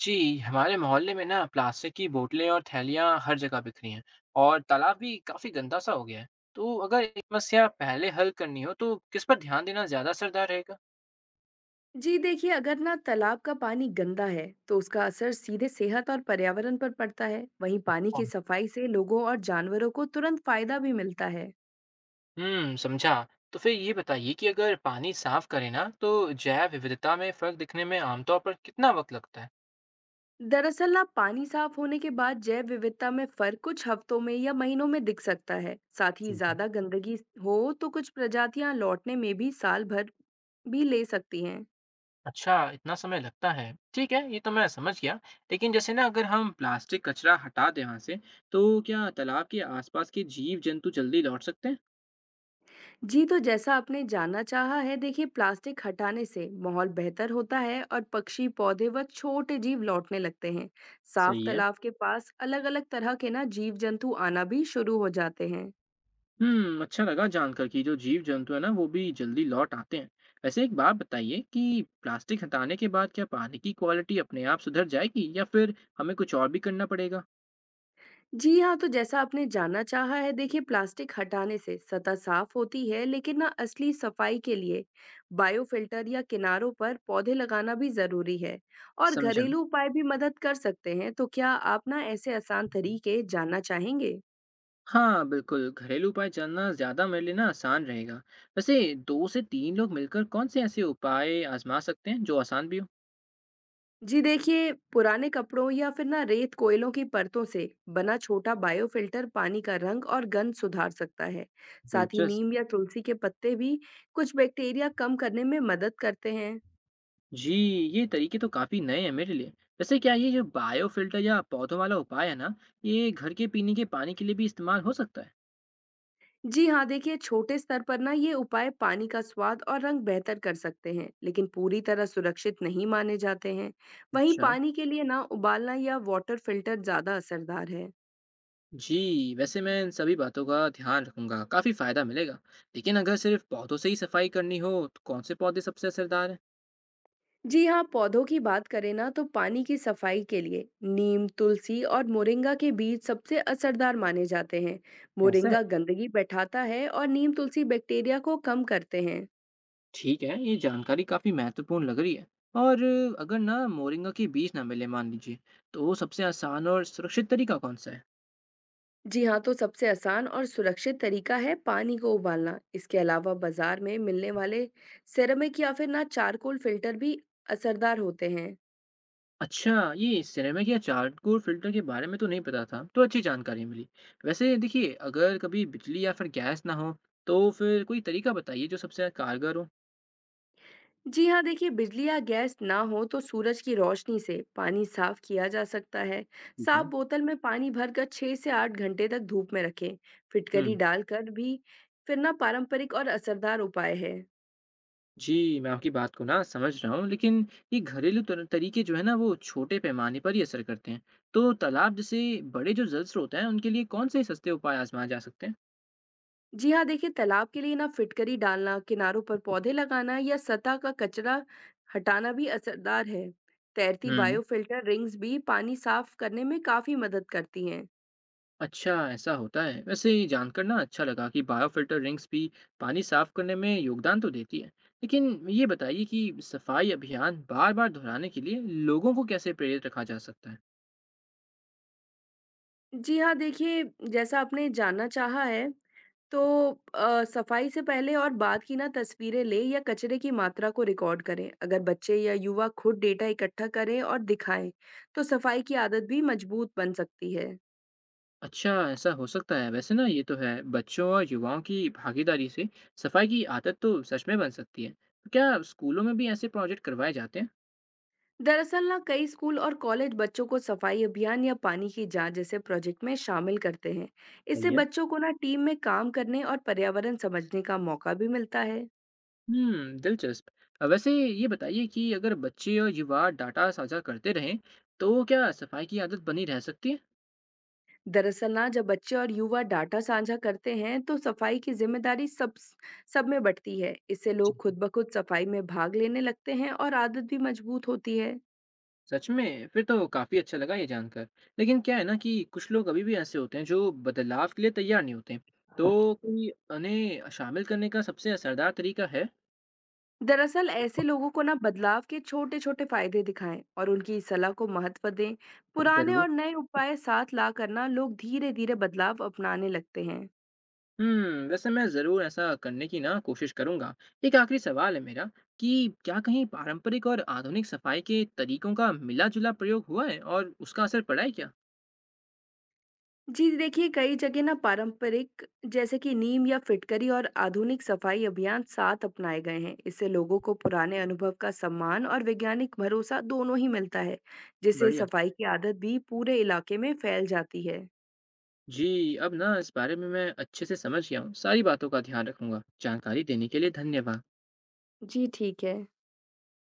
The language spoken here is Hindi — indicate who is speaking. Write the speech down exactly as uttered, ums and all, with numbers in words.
Speaker 1: जी, हमारे मोहल्ले में ना प्लास्टिक की बोतलें और थैलियाँ हर जगह बिखरी हैं और तालाब भी काफी गंदा सा हो गया है। तो अगर ये समस्या पहले हल करनी हो तो किस पर ध्यान देना ज्यादा असरदार रहेगा?
Speaker 2: जी देखिए, अगर ना तालाब का पानी गंदा है तो उसका असर सीधे सेहत और पर्यावरण पर पड़ता है। वहीं पानी की सफाई से लोगों और जानवरों को तुरंत फायदा भी मिलता है।
Speaker 1: हम्म, समझा। तो फिर ये बताइए कि अगर पानी साफ करें ना तो जैव विविधता में फर्क दिखने में आमतौर पर कितना वक्त लगता है?
Speaker 2: दरअसल ना पानी साफ होने के बाद जैव विविधता में फर्क कुछ हफ्तों में या महीनों में दिख सकता है। साथ ही
Speaker 1: ठीक है।
Speaker 2: ज्यादा गंदगी हो तो कुछ प्रजातियां लौटने में भी साल भर भी ले सकती हैं।
Speaker 1: अच्छा, इतना समय लगता है। ठीक है, ये तो मैं समझ गया। लेकिन जैसे ना अगर हम प्लास्टिक कचरा हटा दें वहां से, तो क्या तालाब के आसपास के जीव जंतु जल्दी लौट सकते हैं?
Speaker 2: जी, तो जैसा आपने जानना चाहा है, देखिए प्लास्टिक हटाने से माहौल बेहतर होता है और पक्षी, पौधे व छोटे जीव लौटने लगते हैं। साफ
Speaker 1: सही है।
Speaker 2: तालाब के पास अलग अलग तरह के ना जीव जंतु आना भी शुरू हो जाते हैं।
Speaker 1: हम्म, अच्छा लगा जानकर कि जो जीव जंतु है ना वो भी जल्दी लौट आते हैं। वैसे एक बात बताइए कि प्लास्टिक हटाने के बाद क्या पानी की क्वालिटी अपने आप सुधर जाएगी या फिर हमें कुछ और भी करना पड़ेगा।
Speaker 2: जी हाँ, तो जैसा आपने जानना चाहा है, देखिए प्लास्टिक हटाने से सतह साफ होती है, लेकिन ना असली सफाई के लिए बायोफिल्टर या किनारों पर पौधे लगाना भी जरूरी है। और
Speaker 1: समझा।
Speaker 2: घरेलू उपाय भी मदद कर सकते हैं, तो क्या आप ना ऐसे आसान तरीके जानना चाहेंगे?
Speaker 1: हाँ बिल्कुल, घरेलू उपाय जानना ज्यादा मेरे लिए ना आसान रहेगा। वैसे दो से तीन लोग मिलकर कौन से ऐसे उपाय आजमा सकते हैं जो आसान भी हो।
Speaker 2: जी देखिए, पुराने कपड़ों या फिर ना रेत कोयलों की परतों से बना छोटा बायोफिल्टर पानी का रंग और गंध सुधार सकता है। साथ ही
Speaker 1: दिलचस्प।
Speaker 2: नीम या तुलसी के पत्ते भी कुछ बैक्टीरिया कम करने में मदद करते हैं।
Speaker 1: जी, ये तरीके तो काफी नए हैं मेरे लिए। वैसे क्या ये जो बायो फिल्टर या पौधों वाला उपाय है ना, ये घर के पीने के पानी के लिए भी इस्तेमाल हो सकता है?
Speaker 2: जी हाँ, देखिए छोटे स्तर पर ना ये उपाय पानी का स्वाद और रंग बेहतर कर सकते हैं, लेकिन पूरी तरह सुरक्षित नहीं माने जाते हैं। वहीं
Speaker 1: अच्छा।
Speaker 2: पानी के लिए ना उबालना या वाटर फिल्टर ज्यादा असरदार है।
Speaker 1: जी, वैसे मैं इन सभी बातों का ध्यान रखूँगा, काफ़ी फ़ायदा मिलेगा। लेकिन अगर सिर्फ़ पौधों से ही सफाई करनी हो, तो कौन-से पौधे सबसे असरदार हैं?
Speaker 2: जी हाँ, पौधों की बात करें ना तो पानी की सफाई के लिए नीम, तुलसी और मोरिंगा के बीज सबसे असरदार माने जाते हैं।
Speaker 1: ऐसा है?
Speaker 2: मोरिंगा गंदगी बैठाता है और नीम, तुलसी बैक्टीरिया को कम करते हैं।
Speaker 1: ठीक है, ये जानकारी काफ़ी महत्वपूर्ण लग रही है। और अगर ना मोरिंगा के बीज ना मिले मान लीजिए, तो वो सबसे आसान और सुरक्षित तरीका कौन-सा है?
Speaker 2: जी हाँ, तो सबसे आसान और सुरक्षित तरीका है पानी को उबालना। इसके अलावा बाजार में मिलने वाले सेरेमिक या फिर ना चारकोल फिल्टर भी असरदार होते हैं।
Speaker 1: अच्छा, ये सिरेमिक या चारकोल फ़िल्टर के बारे में तो नहीं पता था, तो अच्छी जानकारी मिली। वैसे देखिए, अगर कभी बिजली या फिर गैस ना हो, तो फिर कोई तरीका बताइए जो सबसे कारगर हो।
Speaker 2: जी हाँ, देखिए बिजली या गैस ना हो तो सूरज की रोशनी से पानी साफ किया जा सकता है।
Speaker 1: ठीक है।
Speaker 2: साफ बोतल में पानी भरकर छह से आठ घंटे तक धूप में रखें। फिटकरी
Speaker 1: हुँ।
Speaker 2: डालकर भी फिरना पारंपरिक और असरदार उपाय है।
Speaker 1: जी, मैं आपकी बात को ना समझ रहा हूँ, लेकिन ये घरेलू तर तरीके जो है ना, वो छोटे पैमाने पर ही असर करते हैं। तो तालाब जैसे बड़े जो जल स्रोत हैं, उनके लिए कौन-से सस्ते उपाय आज़माए जा सकते हैं?
Speaker 2: जी हाँ, देखिए तालाब के लिए ना फिटकरी डालना, किनारों पर पौधे लगाना या सतह का कचरा हटाना भी असरदार है। तैरती
Speaker 1: हम्म।
Speaker 2: बायोफिल्टर रिंग्स भी पानी साफ करने में काफी मदद करती हैं।
Speaker 1: अच्छा, ऐसा होता है। वैसे ये जानकर ना अच्छा लगा कि बायोफिल्टर रिंग्स भी पानी साफ करने में योगदान तो देती है। लेकिन ये बताइए कि सफाई अभियान बार-बार दोहराने के लिए लोगों को कैसे प्रेरित रखा जा सकता है?
Speaker 2: जी हाँ, देखिए जैसा आपने जानना चाहा है, तो अ, सफाई से पहले और बाद की ना तस्वीरें लें या कचरे की मात्रा को रिकॉर्ड करें। अगर बच्चे या युवा खुद डेटा इकट्ठा करें और दिखाएं, तो सफाई की आदत भी मजबूत बन सकती है।
Speaker 1: अच्छा, ऐसा हो सकता है। वैसे ना ये तो है, बच्चों और युवाओं की भागीदारी से सफाई की आदत तो सच में बन सकती है। तो क्या स्कूलों में भी ऐसे प्रोजेक्ट करवाए जाते हैं?
Speaker 2: दरअसल ना कई स्कूल और कॉलेज बच्चों को सफाई अभियान या पानी की जांच जैसे प्रोजेक्ट में शामिल करते हैं।
Speaker 1: सही
Speaker 2: इससे
Speaker 1: है।
Speaker 2: बच्चों को ना टीम में काम करने और पर्यावरण समझने का मौका भी मिलता है।
Speaker 1: हम्म, दिलचस्प। अ, वैसे ये बताइए कि अगर बच्चे और युवा डाटा साझा करते रहें, तो क्या सफाई की आदत बनी रह सकती है?
Speaker 2: दरअसल ना जब बच्चे और युवा डाटा साझा करते हैं तो सफाई की जिम्मेदारी सब सब में बंटती है। इससे लोग
Speaker 1: जी।
Speaker 2: खुद ब खुद सफाई में भाग लेने लगते हैं और आदत भी मजबूत होती है।
Speaker 1: सच में? फिर तो काफ़ी अच्छा लगा ये जानकर। लेकिन क्या है ना कि कुछ लोग अभी भी ऐसे होते हैं जो बदलाव के लिए तैयार नहीं होते। तो कोई उन्हें शामिल करने का सबसे असरदार तरीका है?
Speaker 2: दरअसल ऐसे लोगों को ना बदलाव के छोटे छोटे फायदे दिखाएं और उनकी सलाह को महत्व दें। पुराने
Speaker 1: जरूर।
Speaker 2: और नए उपाय साथ ला करना लोग धीरे धीरे बदलाव अपनाने लगते हैं।
Speaker 1: हम्म, वैसे मैं ज़रूर ऐसा करने की ना कोशिश करूंगा। एक आखिरी सवाल है मेरा कि क्या कहीं पारंपरिक और आधुनिक सफाई के तरीकों का मिला-जुला प्रयोग हुआ है और उसका असर पड़ा है क्या?
Speaker 2: जी देखिए, कई जगह ना पारंपरिक, जैसे कि नीम या फिटकरी, और आधुनिक सफाई अभियान साथ अपनाए गए हैं। इससे लोगों को पुराने अनुभव का सम्मान और वैज्ञानिक भरोसा दोनों ही मिलता है, जिससे
Speaker 1: बढ़िया।
Speaker 2: सफाई की आदत भी पूरे इलाके में फैल जाती है।
Speaker 1: जी, अब ना इस बारे में मैं अच्छे से समझ गया हूँ। सारी बातों का ध्यान रखूंगा। जानकारी देने के लिए धन्यवाद।
Speaker 2: जी ठीक है।